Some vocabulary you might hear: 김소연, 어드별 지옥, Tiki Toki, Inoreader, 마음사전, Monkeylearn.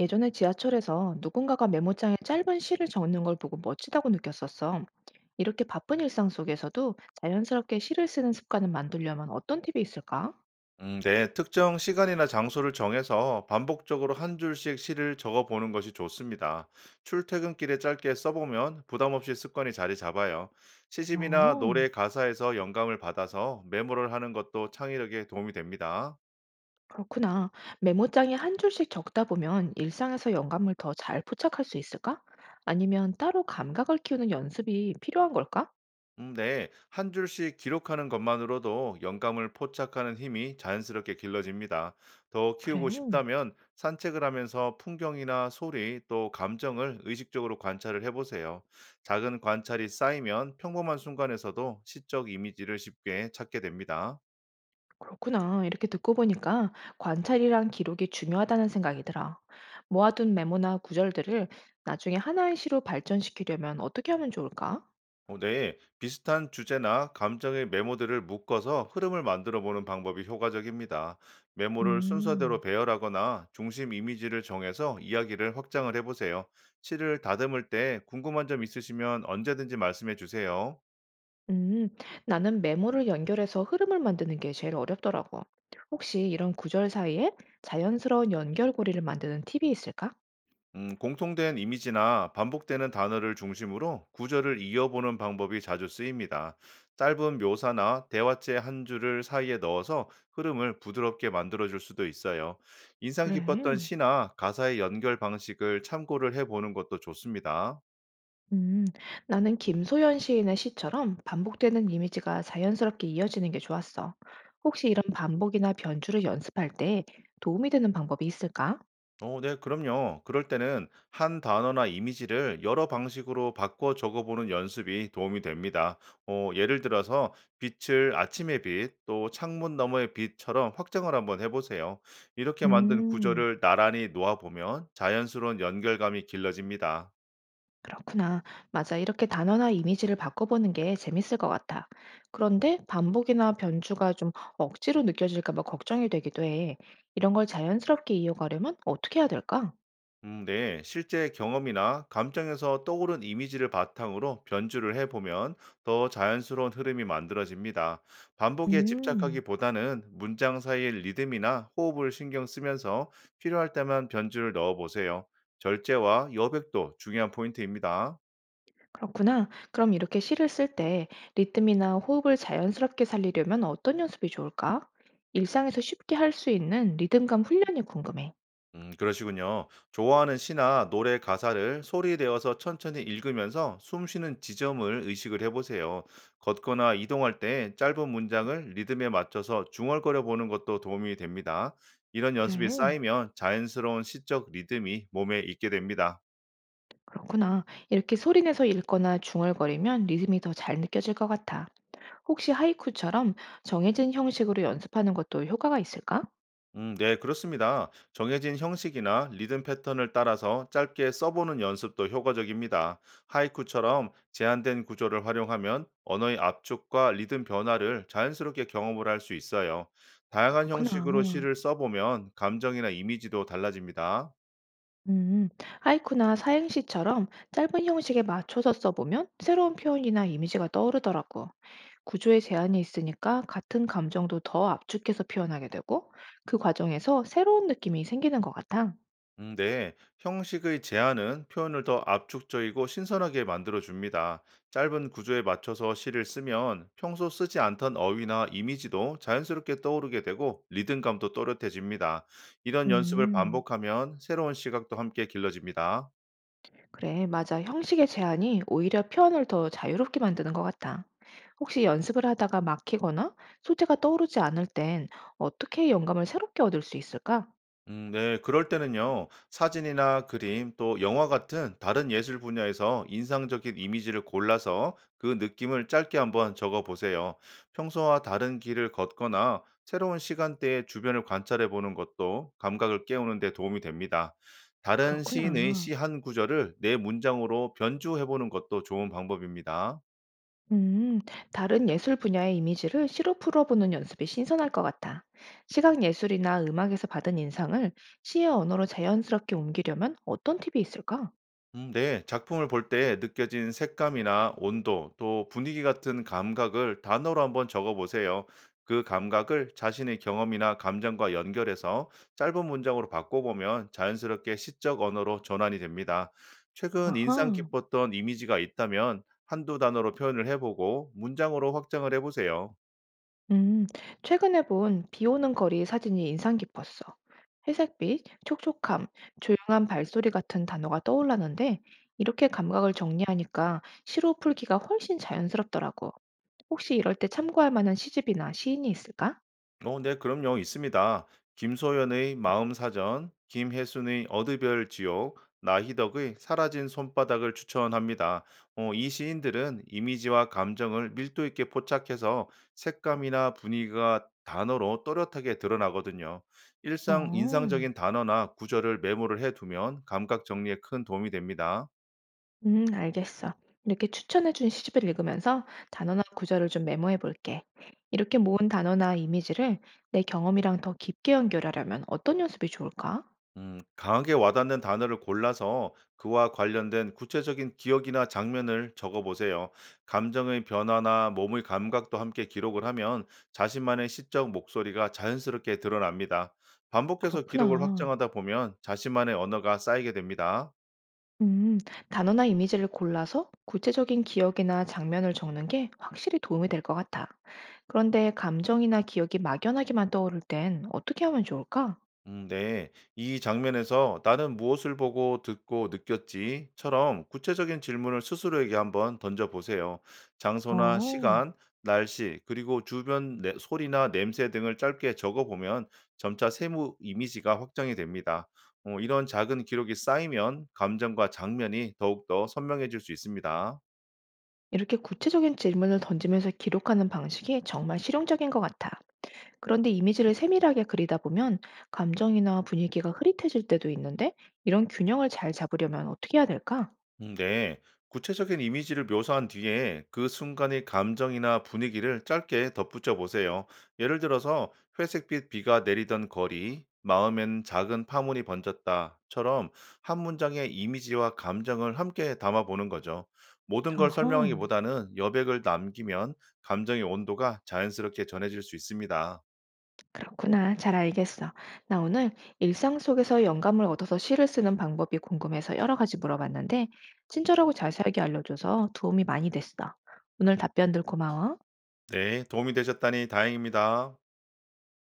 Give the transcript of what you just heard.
예전에 지하철에서 누군가가 메모장에 짧은 시를 적는 걸 보고 멋지다고 느꼈었어. 이렇게 바쁜 일상 속에서도 자연스럽게 시를 쓰는 습관을 만들려면 어떤 팁이 있을까? 네. 특정 시간이나 장소를 정해서 반복적으로 한 줄씩 시를 적어 보는 것이 좋습니다. 출퇴근길에 짧게 써보면 부담 없이 습관이 자리 잡아요. 시집이나 어, 노래 가사에서 영감을 받아서 메모를 하는 것도 창의력에 도움이 됩니다. 그렇구나. 메모장에 한 줄씩 적다 보면 일상에서 영감을 더 잘 포착할 수 있을까? 아니면 따로 감각을 키우는 연습이 필요한 걸까? 네. 한 줄씩 기록하는 것만으로도 영감을 포착하는 힘이 자연스럽게 길러집니다. 더 그래. 키우고 싶다면 산책을 하면서 풍경이나 소리 또 감정을 의식적으로 관찰을 해보세요. 작은 관찰이 쌓이면 평범한 순간에서도 시적 이미지를 쉽게 찾게 됩니다. 그렇구나. 이렇게 듣고 보니까 관찰이랑 기록이 중요하다는 생각이 들어. 모아둔 메모나 구절들을 나중에 하나의 시로 발전시키려면 어떻게 하면 좋을까? 네, 비슷한 주제나 감정의 메모들을 묶어서 흐름을 만들어 보는 방법이 효과적입니다. 메모를 순서대로 음, 배열하거나 중심 이미지를 정해서 이야기를 확장을 해보세요. 실을 다듬을 때 궁금한 점 있으시면 언제든지 말씀해 주세요. 음, 나는 메모를 연결해서 흐름을 만드는 게 제일 어렵더라고. 혹시 이런 구절 사이에 자연스러운 연결고리를 만드는 팁이 있을까? 공통된 이미지나 반복되는 단어를 중심으로 구절을 이어보는 방법이 자주 쓰입니다. 짧은 묘사나 대화체 한 줄을 사이에 넣어서 흐름을 부드럽게 만들어줄 수도 있어요. 인상 깊었던 그래. 시나 가사의 연결 방식을 참고를 해보는 것도 좋습니다. 음, 나는 김소연 시인의 시처럼 반복되는 이미지가 자연스럽게 이어지는 게 좋았어. 혹시 이런 반복이나 변주를 연습할 때 도움이 되는 방법이 있을까? 네, 그럼요. 그럴 때는 한 단어나 이미지를 여러 방식으로 바꿔 적어보는 연습이 도움이 됩니다. 예를 들어서 빛을 아침의 빛, 또 창문 너머의 빛처럼 확장을 한번 해보세요. 이렇게 만든 음, 구조를 나란히 놓아보면 자연스러운 연결감이 길러집니다. 그렇구나. 맞아. 이렇게 단어나 이미지를 바꿔보는 게 재밌을 것 같아. 그런데 반복이나 변주가 좀 억지로 느껴질까 봐 걱정이 되기도 해. 이런 걸 자연스럽게 이어가려면 어떻게 해야 될까? 네. 실제 경험이나 감정에서 떠오른 이미지를 바탕으로 변주를 해보면 더 자연스러운 흐름이 만들어집니다. 반복에 음. 집착하기보다는 문장 사이의 리듬이나 호흡을 신경 쓰면서 필요할 때만 변주를 넣어보세요. 절제와 여백도 중요한 포인트입니다. 그렇구나. 그럼 이렇게 시를 쓸 때 리듬이나 호흡을 자연스럽게 살리려면 어떤 연습이 좋을까? 일상에서 쉽게 할 수 있는 리듬감 훈련이 궁금해. 그러시군요. 좋아하는 시나 노래 가사를 소리 내어서 천천히 읽으면서 숨 쉬는 지점을 의식을 해보세요. 걷거나 이동할 때 짧은 문장을 리듬에 맞춰서 중얼거려 보는 것도 도움이 됩니다. 이런 연습이 그래. 쌓이면 자연스러운 시적 리듬이 몸에 있게 됩니다. 그렇구나. 이렇게 소리 내서 읽거나 중얼거리면 리듬이 더 잘 느껴질 것 같아. 혹시 하이쿠처럼 정해진 형식으로 연습하는 것도 효과가 있을까? 네, 그렇습니다. 정해진 형식이나 리듬 패턴을 따라서 짧게 써보는 연습도 효과적입니다. 하이쿠처럼 제한된 구조를 활용하면 언어의 압축과 리듬 변화를 자연스럽게 경험을 할 수 있어요. 다양한 그렇구나. 형식으로 시를 써보면 감정이나 이미지도 달라집니다. 음, 하이쿠나 사행시처럼 짧은 형식에 맞춰서 써보면 새로운 표현이나 이미지가 떠오르더라고. 구조에 제한이 있으니까 같은 감정도 더 압축해서 표현하게 되고 그 과정에서 새로운 느낌이 생기는 것 같아. 네. 형식의 제안은 표현을 더 압축적이고 신선하게 만들어줍니다. 짧은 구조에 맞춰서 시를 쓰면 평소 쓰지 않던 어휘나 이미지도 자연스럽게 떠오르게 되고 리듬감도 또렷해집니다. 이런 연습을 음, 반복하면 새로운 시각도 함께 길러집니다. 그래, 맞아. 형식의 제한이 오히려 표현을 더 자유롭게 만드는 것 같아. 혹시 연습을 하다가 막히거나 소재가 떠오르지 않을 땐 어떻게 영감을 새롭게 얻을 수 있을까? 네. 그럴 때는요, 사진이나 그림 또 영화 같은 다른 예술 분야에서 인상적인 이미지를 골라서 그 느낌을 짧게 한번 적어 보세요. 평소와 다른 길을 걷거나 새로운 시간대에 주변을 관찰해 보는 것도 감각을 깨우는 데 도움이 됩니다. 다른 시인의 그렇구나. 시 한 구절을 내 문장으로 변주해 보는 것도 좋은 방법입니다. 음, 다른 예술 분야의 이미지를 시로 풀어보는 연습이 신선할 것 같아. 시각 예술이나 음악에서 받은 인상을 시의 언어로 자연스럽게 옮기려면 어떤 팁이 있을까? 네. 작품을 볼 때 느껴진 색감이나 온도, 또 분위기 같은 감각을 단어로 한번 적어 보세요. 그 감각을 자신의 경험이나 감정과 연결해서 짧은 문장으로 바꿔보면 자연스럽게 시적 언어로 전환이 됩니다. 최근 인상 아하, 깊었던 이미지가 있다면 한두 단어로 표현을 해보고 문장으로 확장을 해보세요. 음, 최근에 본 비 오는 거리 사진이 인상 깊었어. 회색빛, 촉촉함, 조용한 발소리 같은 단어가 떠올랐는데 이렇게 감각을 정리하니까 시로 풀기가 훨씬 자연스럽더라고. 혹시 이럴 때 참고할 만한 시집이나 시인이 있을까? 네, 그럼요. 있습니다. 김소연의 마음사전, 김혜순의 어드별 지옥, 나희덕의 사라진 손바닥을 추천합니다. 이 시인들은 이미지와 감정을 밀도 있게 포착해서 색감이나 분위기가 단어로 또렷하게 드러나거든요. 일상 어. 인상적인 단어나 구절을 메모를 해두면 감각 정리에 큰 도움이 됩니다. 알겠어. 이렇게 추천해준 시집을 읽으면서 단어나 구절을 좀 메모해 볼게. 이렇게 모은 단어나 이미지를 내 경험이랑 더 깊게 연결하려면 어떤 연습이 좋을까? 강하게 와닿는 단어를 골라서 그와 관련된 구체적인 기억이나 장면을 적어보세요. 감정의 변화나 몸의 감각도 함께 기록을 하면 자신만의 시적 목소리가 자연스럽게 드러납니다. 반복해서 기록을 그렇구나. 확장하다 보면 자신만의 언어가 쌓이게 됩니다. 음, 단어나 이미지를 골라서 구체적인 기억이나 장면을 적는 게 확실히 도움이 될 것 같아. 그런데 감정이나 기억이 막연하게만 떠오를 땐 어떻게 하면 좋을까? 네. 이 장면에서 나는 무엇을 보고 듣고 느꼈지?처럼 구체적인 질문을 스스로에게 한번 던져보세요. 장소나 어, 시간, 날씨, 그리고 주변 소리나 냄새 등을 짧게 적어보면 점차 세무 이미지가 확정이 됩니다. 이런 작은 기록이 쌓이면 감정과 장면이 더욱더 선명해질 수 있습니다. 이렇게 구체적인 질문을 던지면서 기록하는 방식이 정말 실용적인 것 같아. 그런데 이미지를 세밀하게 그리다 보면 감정이나 분위기가 흐릿해질 때도 있는데 이런 균형을 잘 잡으려면 어떻게 해야 될까? 네. 구체적인 이미지를 묘사한 뒤에 그 순간의 감정이나 분위기를 짧게 덧붙여 보세요. 예를 들어서 회색빛 비가 내리던 거리, 마음엔 작은 파문이 번졌다처럼 한 문장의 이미지와 감정을 함께 담아보는 거죠. 모든 걸 어허, 설명하기보다는 여백을 남기면 감정의 온도가 자연스럽게 전해질 수 있습니다. 그렇구나. 잘 알겠어. 나 오늘 일상 속에서 영감을 얻어서 시를 쓰는 방법이 궁금해서 여러 가지 물어봤는데 친절하고 자세하게 알려줘서 도움이 많이 됐어. 오늘 답변들 고마워. 네, 도움이 되셨다니 다행입니다.